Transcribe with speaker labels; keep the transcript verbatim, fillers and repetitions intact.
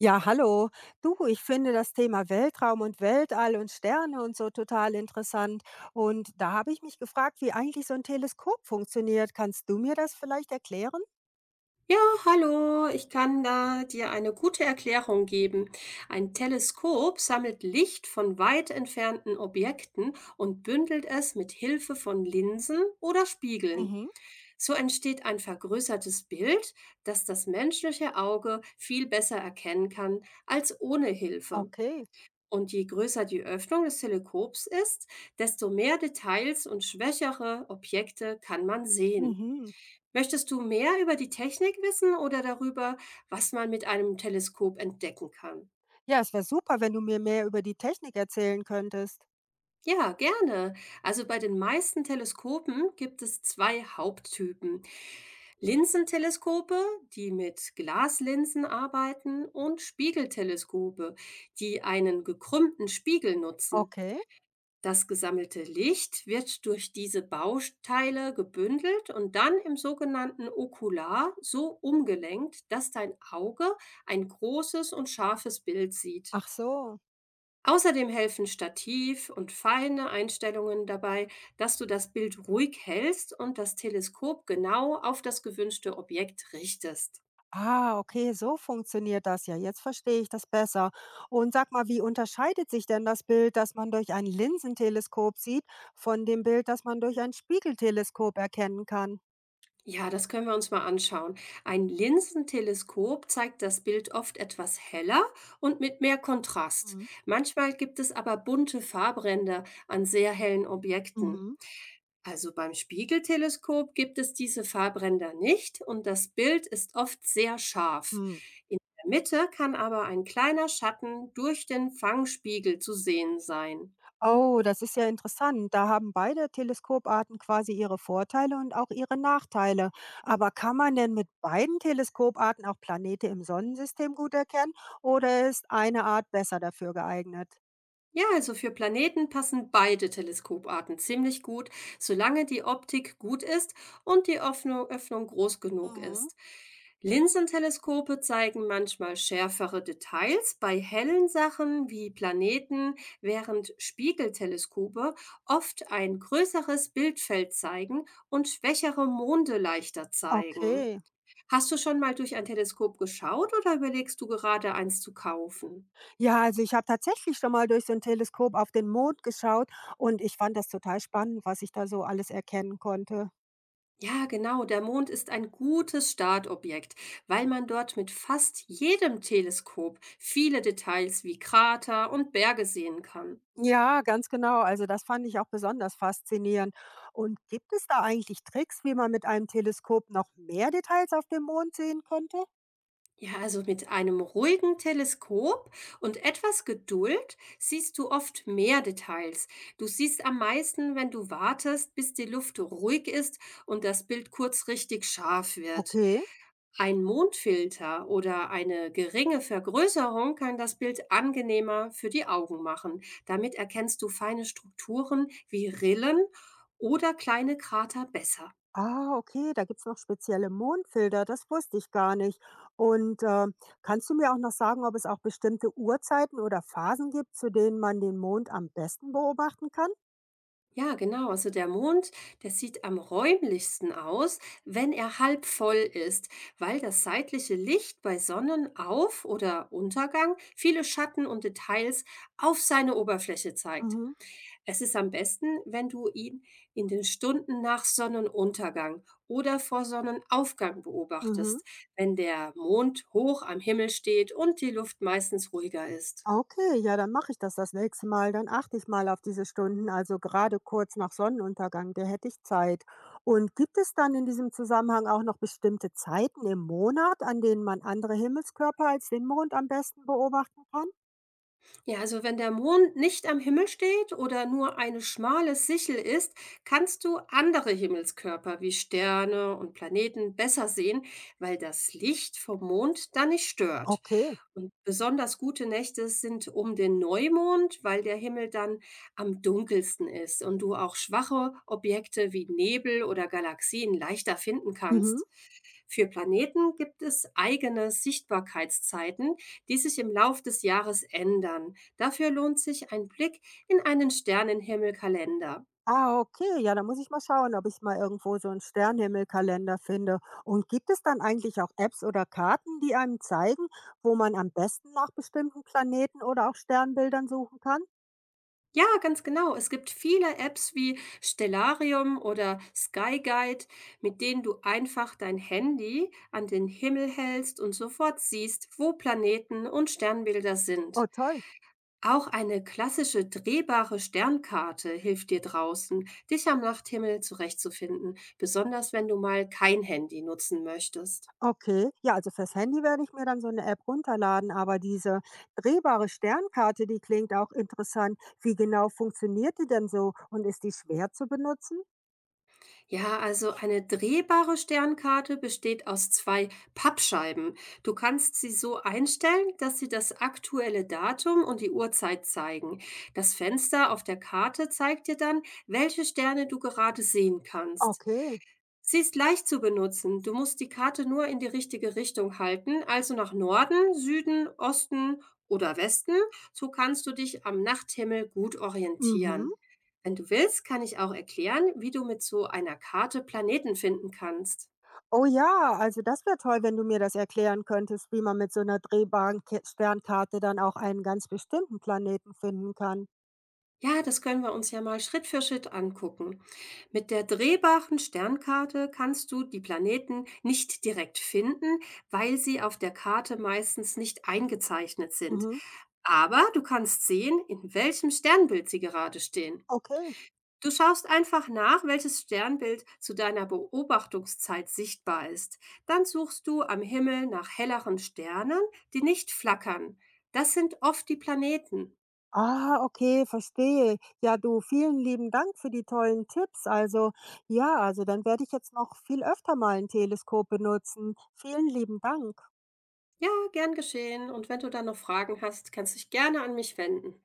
Speaker 1: Ja, hallo. Du, ich finde das Thema Weltraum und Weltall und Sterne und so total interessant. Und da habe ich mich gefragt, wie eigentlich so ein Teleskop funktioniert. Kannst du mir das vielleicht erklären?
Speaker 2: Ja, hallo, ich kann da dir eine gute Erklärung geben. Ein Teleskop sammelt Licht von weit entfernten Objekten und bündelt es mit Hilfe von Linsen oder Spiegeln.
Speaker 1: Mhm.
Speaker 2: So entsteht ein vergrößertes Bild, das das menschliche Auge viel besser erkennen kann als ohne Hilfe.
Speaker 1: Okay.
Speaker 2: Und je größer die Öffnung des Teleskops ist, desto mehr Details und schwächere Objekte kann man sehen.
Speaker 1: Mhm.
Speaker 2: Möchtest du mehr über die Technik wissen oder darüber, was man mit einem Teleskop entdecken kann?
Speaker 1: Ja, es wäre super, wenn du mir mehr über die Technik erzählen könntest.
Speaker 2: Ja, gerne. Also bei den meisten Teleskopen gibt es zwei Haupttypen. Linsenteleskope, die mit Glaslinsen arbeiten, und Spiegelteleskope, die einen gekrümmten Spiegel nutzen.
Speaker 1: Okay.
Speaker 2: Das gesammelte Licht wird durch diese Bausteile gebündelt und dann im sogenannten Okular so umgelenkt, dass dein Auge ein großes und scharfes Bild sieht.
Speaker 1: Ach so.
Speaker 2: Außerdem helfen Stativ und feine Einstellungen dabei, dass du das Bild ruhig hältst und das Teleskop genau auf das gewünschte Objekt richtest.
Speaker 1: Ah, okay, so funktioniert das ja. Jetzt verstehe ich das besser. Und sag mal, wie unterscheidet sich denn das Bild, das man durch ein Linsenteleskop sieht, von dem Bild, das man durch ein Spiegelteleskop erkennen kann?
Speaker 2: Ja, das können wir uns mal anschauen. Ein Linsenteleskop zeigt das Bild oft etwas heller und mit mehr Kontrast.
Speaker 1: Mhm.
Speaker 2: Manchmal gibt es aber bunte Farbränder an sehr hellen Objekten.
Speaker 1: Mhm.
Speaker 2: Also beim Spiegelteleskop gibt es diese Farbränder nicht und das Bild ist oft sehr scharf.
Speaker 1: Hm.
Speaker 2: In der Mitte kann aber ein kleiner Schatten durch den Fangspiegel zu sehen sein.
Speaker 1: Oh, das ist ja interessant. Da haben beide Teleskoparten quasi ihre Vorteile und auch ihre Nachteile. Aber kann man denn mit beiden Teleskoparten auch Planete im Sonnensystem gut erkennen oder ist eine Art besser dafür geeignet?
Speaker 2: Ja, also für Planeten passen beide Teleskoparten ziemlich gut, solange die Optik gut ist und die Öffnung, Öffnung groß genug
Speaker 1: Mhm.
Speaker 2: ist. Linsenteleskope zeigen manchmal schärfere Details bei hellen Sachen wie Planeten, während Spiegelteleskope oft ein größeres Bildfeld zeigen und schwächere Monde leichter zeigen.
Speaker 1: Okay.
Speaker 2: Hast du schon mal durch ein Teleskop geschaut oder überlegst du gerade eins zu kaufen?
Speaker 1: Ja, also ich habe tatsächlich schon mal durch so ein Teleskop auf den Mond geschaut und ich fand das total spannend, was ich da so alles erkennen konnte.
Speaker 2: Ja, genau, der Mond ist ein gutes Startobjekt, weil man dort mit fast jedem Teleskop viele Details wie Krater und Berge sehen kann.
Speaker 1: Ja, ganz genau. Also das fand ich auch besonders faszinierend. Und gibt es da eigentlich Tricks, wie man mit einem Teleskop noch mehr Details auf dem Mond sehen könnte?
Speaker 2: Ja, also mit einem ruhigen Teleskop und etwas Geduld siehst du oft mehr Details. Du siehst am meisten, wenn du wartest, bis die Luft ruhig ist und das Bild kurz richtig scharf wird.
Speaker 1: Okay.
Speaker 2: Ein Mondfilter oder eine geringe Vergrößerung kann das Bild angenehmer für die Augen machen. Damit erkennst du feine Strukturen wie Rillen oder kleine Krater besser.
Speaker 1: Ah, okay, da gibt's noch spezielle Mondfilter, das wusste ich gar nicht. Und, ähm, kannst du mir auch noch sagen, ob es auch bestimmte Uhrzeiten oder Phasen gibt, zu denen man den Mond am besten beobachten kann?
Speaker 2: Ja, genau. Also der Mond, der sieht am räumlichsten aus, wenn er halb voll ist, weil das seitliche Licht bei Sonnenauf- oder Untergang viele Schatten und Details auf seine Oberfläche zeigt.
Speaker 1: Mhm,
Speaker 2: Es ist am besten, wenn du ihn in den Stunden nach Sonnenuntergang oder vor Sonnenaufgang
Speaker 1: mhm.
Speaker 2: beobachtest, wenn der Mond hoch am Himmel steht und die Luft meistens ruhiger ist.
Speaker 1: Okay, ja, dann mache ich das das nächste Mal. Dann achte ich mal auf diese Stunden, also gerade kurz nach Sonnenuntergang, da hätte ich Zeit. Und gibt es dann in diesem Zusammenhang auch noch bestimmte Zeiten im Monat, an denen man andere Himmelskörper als den Mond am besten beobachten kann?
Speaker 2: Ja, also wenn der Mond nicht am Himmel steht oder nur eine schmale Sichel ist, kannst du andere Himmelskörper wie Sterne und Planeten besser sehen, weil das Licht vom Mond dann nicht stört.
Speaker 1: Okay.
Speaker 2: Und besonders gute Nächte sind um den Neumond, weil der Himmel dann am dunkelsten ist und du auch schwache Objekte wie Nebel oder Galaxien leichter finden
Speaker 1: Mhm.
Speaker 2: kannst. Für Planeten gibt es eigene Sichtbarkeitszeiten, die sich im Lauf des Jahres ändern. Dafür lohnt sich ein Blick in einen Sternenhimmelkalender.
Speaker 1: Ah, okay. Ja, dann muss ich mal schauen, ob ich mal irgendwo so einen Sternhimmelkalender finde. Und gibt es dann eigentlich auch Apps oder Karten, die einem zeigen, wo man am besten nach bestimmten Planeten oder auch Sternbildern suchen kann?
Speaker 2: Ja, ganz genau. Es gibt viele Apps wie Stellarium oder Sky Guide, mit denen du einfach dein Handy an den Himmel hältst und sofort siehst, wo Planeten und Sternbilder
Speaker 1: Oh,
Speaker 2: sind.
Speaker 1: toll.
Speaker 2: Auch eine klassische drehbare Sternkarte hilft dir draußen, dich am Nachthimmel zurechtzufinden, besonders wenn du mal kein Handy nutzen möchtest.
Speaker 1: Okay, ja, also fürs Handy werde ich mir dann so eine App runterladen, aber diese drehbare Sternkarte, die klingt auch interessant. Wie genau funktioniert die denn so und ist die schwer zu benutzen?
Speaker 2: Ja, also eine drehbare Sternkarte besteht aus zwei Pappscheiben. Du kannst sie so einstellen, dass sie das aktuelle Datum und die Uhrzeit zeigen. Das Fenster auf der Karte zeigt dir dann, welche Sterne du gerade sehen kannst.
Speaker 1: Okay.
Speaker 2: Sie ist leicht zu benutzen. Du musst die Karte nur in die richtige Richtung halten, also nach Norden, Süden, Osten oder Westen. So kannst du dich am Nachthimmel gut
Speaker 1: Mhm.
Speaker 2: orientieren. Wenn du willst, kann ich auch erklären, wie du mit so einer Karte Planeten finden kannst.
Speaker 1: Oh ja, also das wäre toll, wenn du mir das erklären könntest, wie man mit so einer drehbaren Ke Sternkarte dann auch einen ganz bestimmten Planeten finden kann.
Speaker 2: Ja, das können wir uns ja mal Schritt für Schritt angucken. Mit der drehbaren Sternkarte kannst du die Planeten nicht direkt finden, weil sie auf der Karte meistens nicht eingezeichnet sind.
Speaker 1: Mhm.
Speaker 2: Aber du kannst sehen, in welchem Sternbild sie gerade stehen.
Speaker 1: Okay.
Speaker 2: Du schaust einfach nach, welches Sternbild zu deiner Beobachtungszeit sichtbar ist. Dann suchst du am Himmel nach helleren Sternen, die nicht flackern. Das sind oft die Planeten.
Speaker 1: Ah, okay, verstehe. Ja, du, vielen lieben Dank für die tollen Tipps. Also, ja, also dann werde ich jetzt noch viel öfter mal ein Teleskop benutzen. Vielen lieben Dank.
Speaker 2: Ja, gern geschehen. Und wenn du dann noch Fragen hast, kannst du dich gerne an mich wenden.